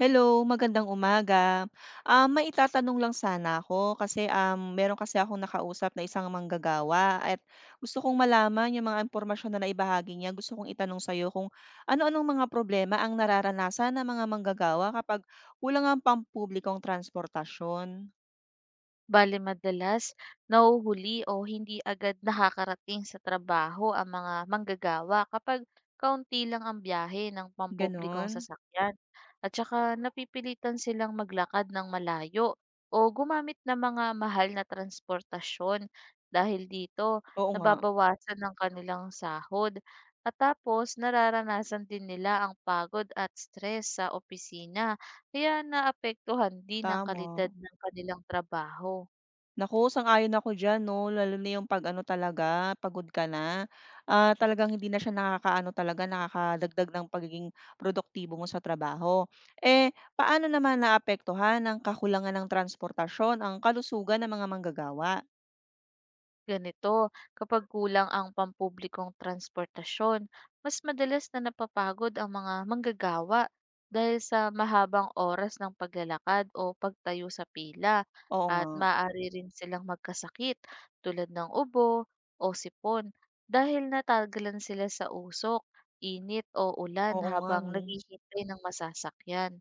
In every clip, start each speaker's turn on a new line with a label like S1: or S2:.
S1: Hello, magandang umaga. May itatanong lang sana ako kasi, meron kasi akong nakausap na isang manggagawa at gusto kong malaman yung mga impormasyon na naibahagi niya. Gusto kong itanong sa'yo kung ano-anong mga problema ang nararanasan ng mga manggagawa kapag kulang ang pampublikong transportasyon,
S2: Bale madalas, nahuhuli o hindi agad nakakarating sa trabaho ang mga manggagawa kapag kaunti lang ang biyahe ng pampublikong
S1: gano'n?
S2: sasakyan at saka napipilitan silang maglakad ng malayo o gumamit ng mga mahal na transportasyon dahil dito
S1: Oo nga,
S2: nababawasan ng kanilang sahod at tapos nararanasan din nila ang pagod at stress sa opisina kaya naapektuhan din ang kalidad
S1: tama.
S2: ng kanilang trabaho.
S1: Naku, sang-ayon ako diyan 'no, lalo na yung 'pag ano talaga, pagod ka na, talagang hindi na siya nakakaano talaga, nakakadagdag ng pagiging produktibo mo sa trabaho. Eh, paano naman naapektuhan ng kakulangan ng transportasyon ang kalusugan ng mga manggagawa?
S2: Ganito, kapag kulang ang pampublikong transportasyon, mas madalas na napapagod ang mga manggagawa dahil sa mahabang oras ng paglalakad o pagtayo sa pila
S1: Oo nga,
S2: at maaari rin silang magkasakit tulad ng ubo o sipon dahil natagalan sila sa usok, init o ulan
S1: oo nga
S2: habang
S1: 'no.
S2: naghihintay ng masasakyan.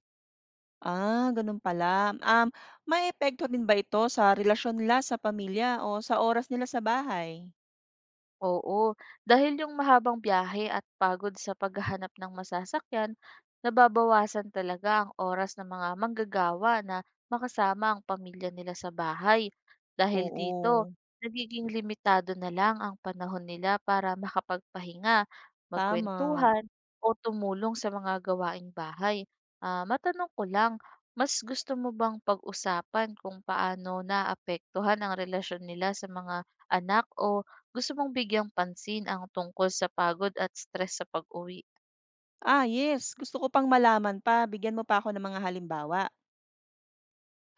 S1: Gano'n pala. May maapekto din ba ito sa relasyon nila sa pamilya o sa oras nila sa bahay?
S2: Oo, dahil yung mahabang biyahe at pagod sa paghahanap ng masasakyan, nababawasan talaga ang oras ng mga manggagawa na makasama ang pamilya nila sa bahay. Dahil dito,
S1: Oo,
S2: nagiging limitado na lang ang panahon nila para makapagpahinga,
S1: tama.
S2: magkwentuhan, o tumulong sa mga gawaing bahay. Matanong ko lang, mas gusto mo bang pag-usapan kung paano naapektuhan ang relasyon nila sa mga anak o gusto mong bigyang pansin ang tungkol sa pagod at stress sa pag-uwi.
S1: Ah, yes. Gusto ko pang malaman pa, bigyan mo pa ako ng mga halimbawa.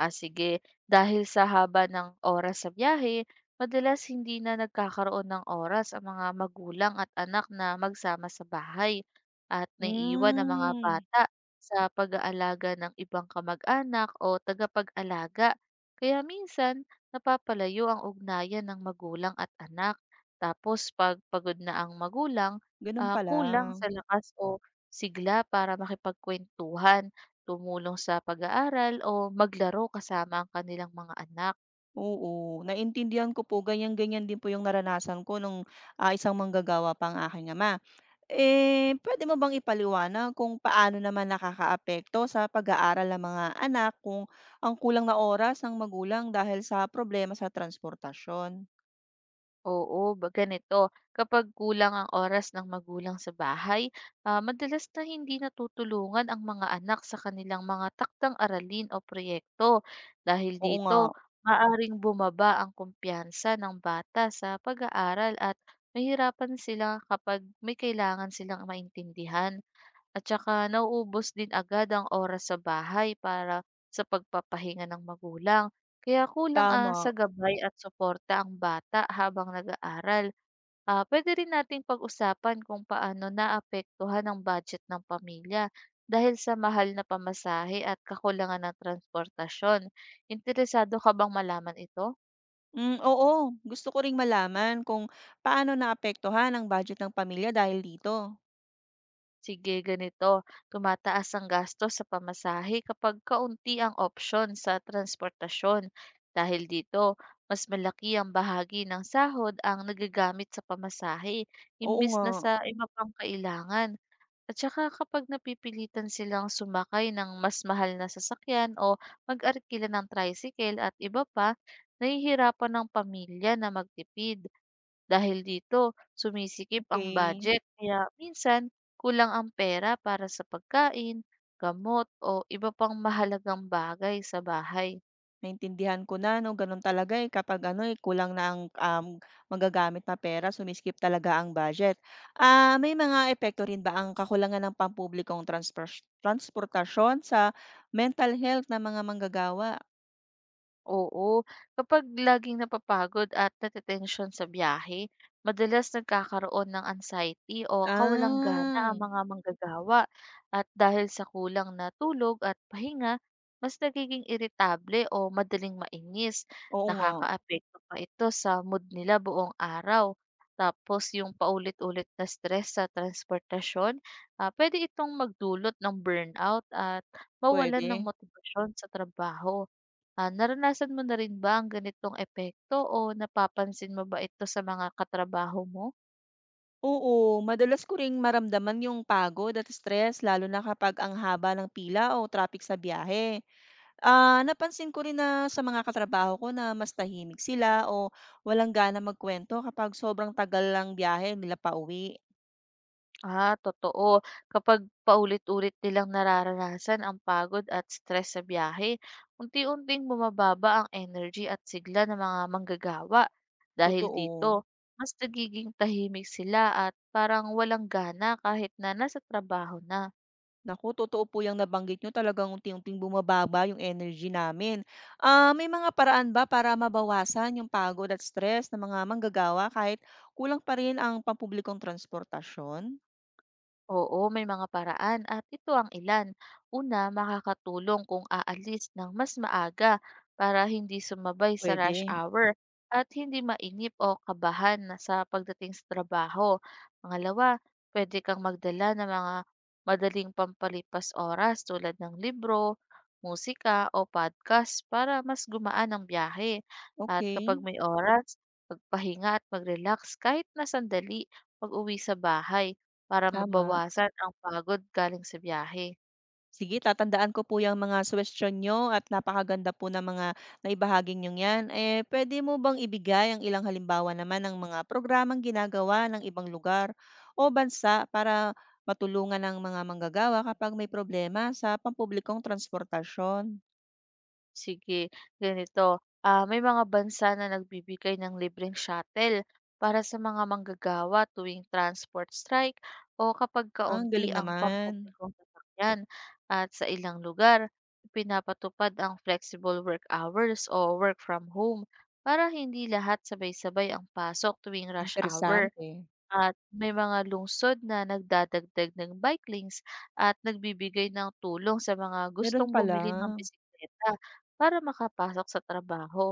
S2: Sige. Dahil sa haba ng oras sa biyahe, madalas hindi na nagkakaroon ng oras ang mga magulang at anak na magsama sa bahay at naiiwan ang mga
S1: Hmm.
S2: bata sa pag-aalaga ng ibang kamag-anak o tagapag-alaga. Kaya minsan, napapalayo ang ugnayan ng magulang at anak. Tapos pag pagod na ang magulang,
S1: Gano'n pala.
S2: kulang sa lakas o sigla para makipagkwentuhan tumulong sa pag-aaral o maglaro kasama ang kanilang mga anak.
S1: Oo, naintindihan ko po ganyan-ganyan din po yung naranasan ko nung, isang manggagawa pang aking ama. Eh, puwede mo bang ipaliwanag kung paano naman nakakaapekto sa pag-aaral ng mga anak kung ang kulang na oras ng magulang dahil sa problema sa transportasyon?
S2: Oo, ganito. Kapag kulang ang oras ng magulang sa bahay, madalas na hindi natutulungan ang mga anak sa kanilang mga takdang aralin o proyekto. Dahil
S1: Oo nga,
S2: dito, maaring bumaba ang kumpiyansa ng bata sa pag-aaral at mahirapan sila kapag may kailangan silang maintindihan. At saka nauubos din agad ang oras sa bahay para sa pagpapahinga ng magulang. Kaya kulang, sa
S1: tama.
S2: gabay at suporta ang bata habang nag-aaral. Puwede rin nating pag-usapan kung paano naapektuhan ang budget ng pamilya dahil sa mahal na pamasahe at kakulangan ng transportasyon. Interesado ka bang malaman ito?
S1: Hmm, oo. Gusto ko ring malaman kung paano naapektuhan ang budget ng pamilya dahil dito.
S2: Sige, ganito. Tumataas ang gastos sa pamasahe kapag kaunti ang opsyon sa transportasyon. Dahil dito, mas malaki ang bahagi ng sahod ang nagagamit sa pamasahe,
S1: Oo
S2: imbis
S1: nga,
S2: na sa iba pang kailangan. At saka kapag napipilitan silang sumakay ng mas mahal na sasakyan o mag-arkila ng tricycle at iba pa, nahihirapan ng pamilya na magtipid. Dahil dito, sumisikip ang
S1: okay.
S2: budget kaya minsan kulang ang pera para sa pagkain, gamot o iba pang mahalagang bagay sa bahay.
S1: Naintindihan ko na 'no, gano'n talaga, eh, kapag ano, eh, kulang na ang, magagamit na pera, sumiskip talaga ang budget. Ah, may mga epekto rin ba ang kakulangan ng pampublikong transpras transportasyon sa mental health ng mga manggagawa?
S2: Oo, kapag laging napapagod at natetensyon sa biyahe, madalas nagkakaroon ng anxiety o kawalang gana
S1: Ah,
S2: ang mga manggagawa at dahil sa kulang na tulog at pahinga, mas nagiging iritable o madaling mainis.
S1: oo nga,
S2: Nakakaapekto pa ito sa mood nila buong araw. Tapos yung paulit-ulit na stress sa transportasyon, pwede itong magdulot ng burnout at mawalan ng
S1: puwede.
S2: motibasyon sa trabaho. Naranasan mo na rin ba ang ganitong epekto o napapansin mo ba ito sa mga katrabaho mo?
S1: Oo, madalas ko ring maramdaman yung pagod at stress lalo na kapag ang haba ng pila o traffic sa biyahe. Napansin ko rin na sa mga katrabaho ko na mas tahimik sila o walang gana magkwento kapag sobrang tagal lang biyahe nila pauwi.
S2: Totoo. Kapag paulit-ulit nilang nararanasan ang pagod at stress sa biyahe, unti-unting bumababa ang energy at sigla ng mga manggagawa. Dahil
S1: Totoo.
S2: dito, mas nagiging tahimik sila at parang walang gana kahit na nasa trabaho na.
S1: Naku, totoo po yung nabanggit nyo. Talagang unti-unting bumababa yung energy namin. May mga paraan ba para mabawasan yung pagod at stress ng mga manggagawa kahit kulang pa rin ang pampublikong transportasyon?
S2: Oo, may mga paraan at ito ang ilan. Una, makakatulong kung aalis ng mas maaga para hindi sumabay sa rush
S1: Pwede.
S2: hour at hindi mainip o kabahan na sa pagdating sa trabaho. Pangalawa, pwede kang magdala ng mga madaling pampalipas oras tulad ng libro, musika o podcast para mas gumaan ang biyahe. At kapag
S1: Okay,
S2: may oras, magpahinga at mag-relax kahit na sandali pag-uwi sa bahay para
S1: tama.
S2: mabawasan ang pagod galing sa biyahe.
S1: Sige, tatandaan ko po yung mga suggestion niyo at napakaganda po ng mga naibahagi niyong 'yan. Eh, puwede mo bang ibigay ang ilang halimbawa naman ng mga programang ginagawa ng ibang lugar o bansa para matulungan ng mga manggagawa kapag may problema sa pampublikong transportasyon?
S2: Sige, ganito, may mga bansa na nagbibigay ng libreng shuttle para sa mga manggagawa tuwing transport strike o kapag
S1: Ah, ang
S2: kaunti
S1: galing
S2: ang
S1: naman,
S2: pampublikong sasakyan. At sa ilang lugar, pinapatupad ang flexible work hours o work from home para hindi lahat sabay-sabay ang pasok tuwing rush hour.
S1: interesante.
S2: At may mga lungsod na nagdadagdag ng bike lanes at nagbibigay ng tulong sa mga
S1: Meron
S2: gustong
S1: pala.
S2: bumili ng bisikleta para makapasok sa trabaho.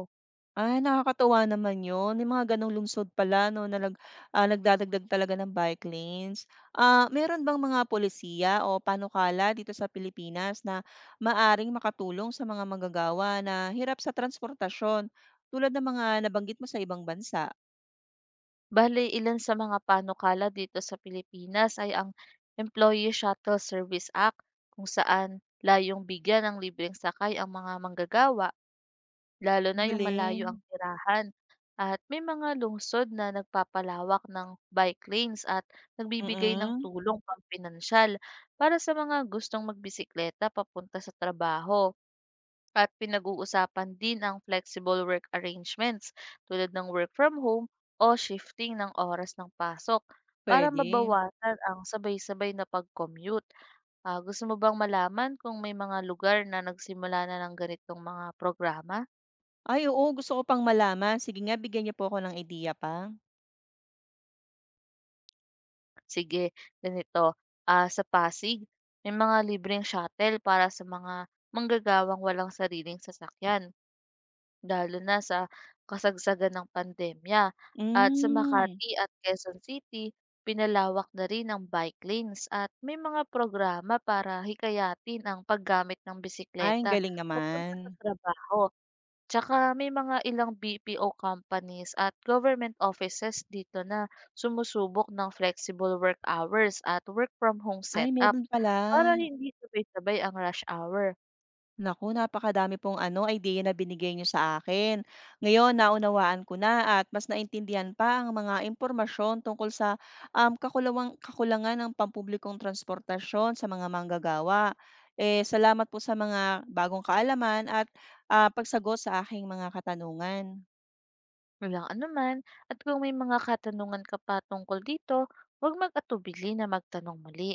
S1: Ah, nakakatuwa naman 'yun, may mga gano'ng lungsod pala 'no na nagdadagdag talaga ng bike lanes. Meron bang mga pulisiya o panukala dito sa Pilipinas na maaring makatulong sa mga manggagawa na hirap sa transportasyon, tulad ng mga nabanggit mo sa ibang bansa?
S2: Bale, ilan sa mga panukala dito sa Pilipinas ay ang Employee Shuttle Service Act kung saan layong bigyan ng libreng sakay ang mga manggagawa lalo
S1: Ang
S2: na yung malayo
S1: galing,
S2: ang tirahan at may mga lungsod na nagpapalawak ng bike lanes at nagbibigay ng
S1: mm,
S2: tulong pampinansyal para sa mga gustong magbisikleta papunta sa trabaho. At pinag-uusapan din ang flexible work arrangements tulad ng work from home o shifting ng oras ng pasok para
S1: puwede.
S2: mabawasan ang sabay-sabay na pag-commute. Gusto mo bang malaman kung may mga lugar na nagsimula na ng ganitong mga programa?
S1: Ay oo, gusto ko pang malaman, sige nga bigyan niyo po ako ng idea pa.
S2: Sige ganito, sa Pasig may mga libreng shuttle para sa mga manggagawang walang sariling sasakyan, lalo na sa kasagsagan ng pandemya. At sa
S1: Hmm,
S2: Makati at Quezon City, pinalawak na rin ang bike lanes at may mga programa para hikayatin ang paggamit ng
S1: ay ang
S2: bisikleta
S1: galing
S2: papunta
S1: naman.
S2: sa trabaho. Tsaka may mga ilang BPO companies at government offices dito na sumusubok ng flexible work hours at work from home
S1: Ay
S2: setup
S1: meron pala.
S2: para hindi sabay-sabay ang rush hour.
S1: Naku, napakadami pong ano, idea na binigay niyo sa akin. Ngayon, naunawaan ko na at mas naintindihan pa ang mga impormasyon tungkol sa kakulawang, kakulangan ng pampublikong transportasyon sa mga manggagawa. Eh, salamat po sa mga bagong kaalaman at pagsagot sa aking mga katanungan.
S2: Walang anuman at kung may mga katanungan ka pa tungkol dito, huwag mag-atubili na magtanong muli.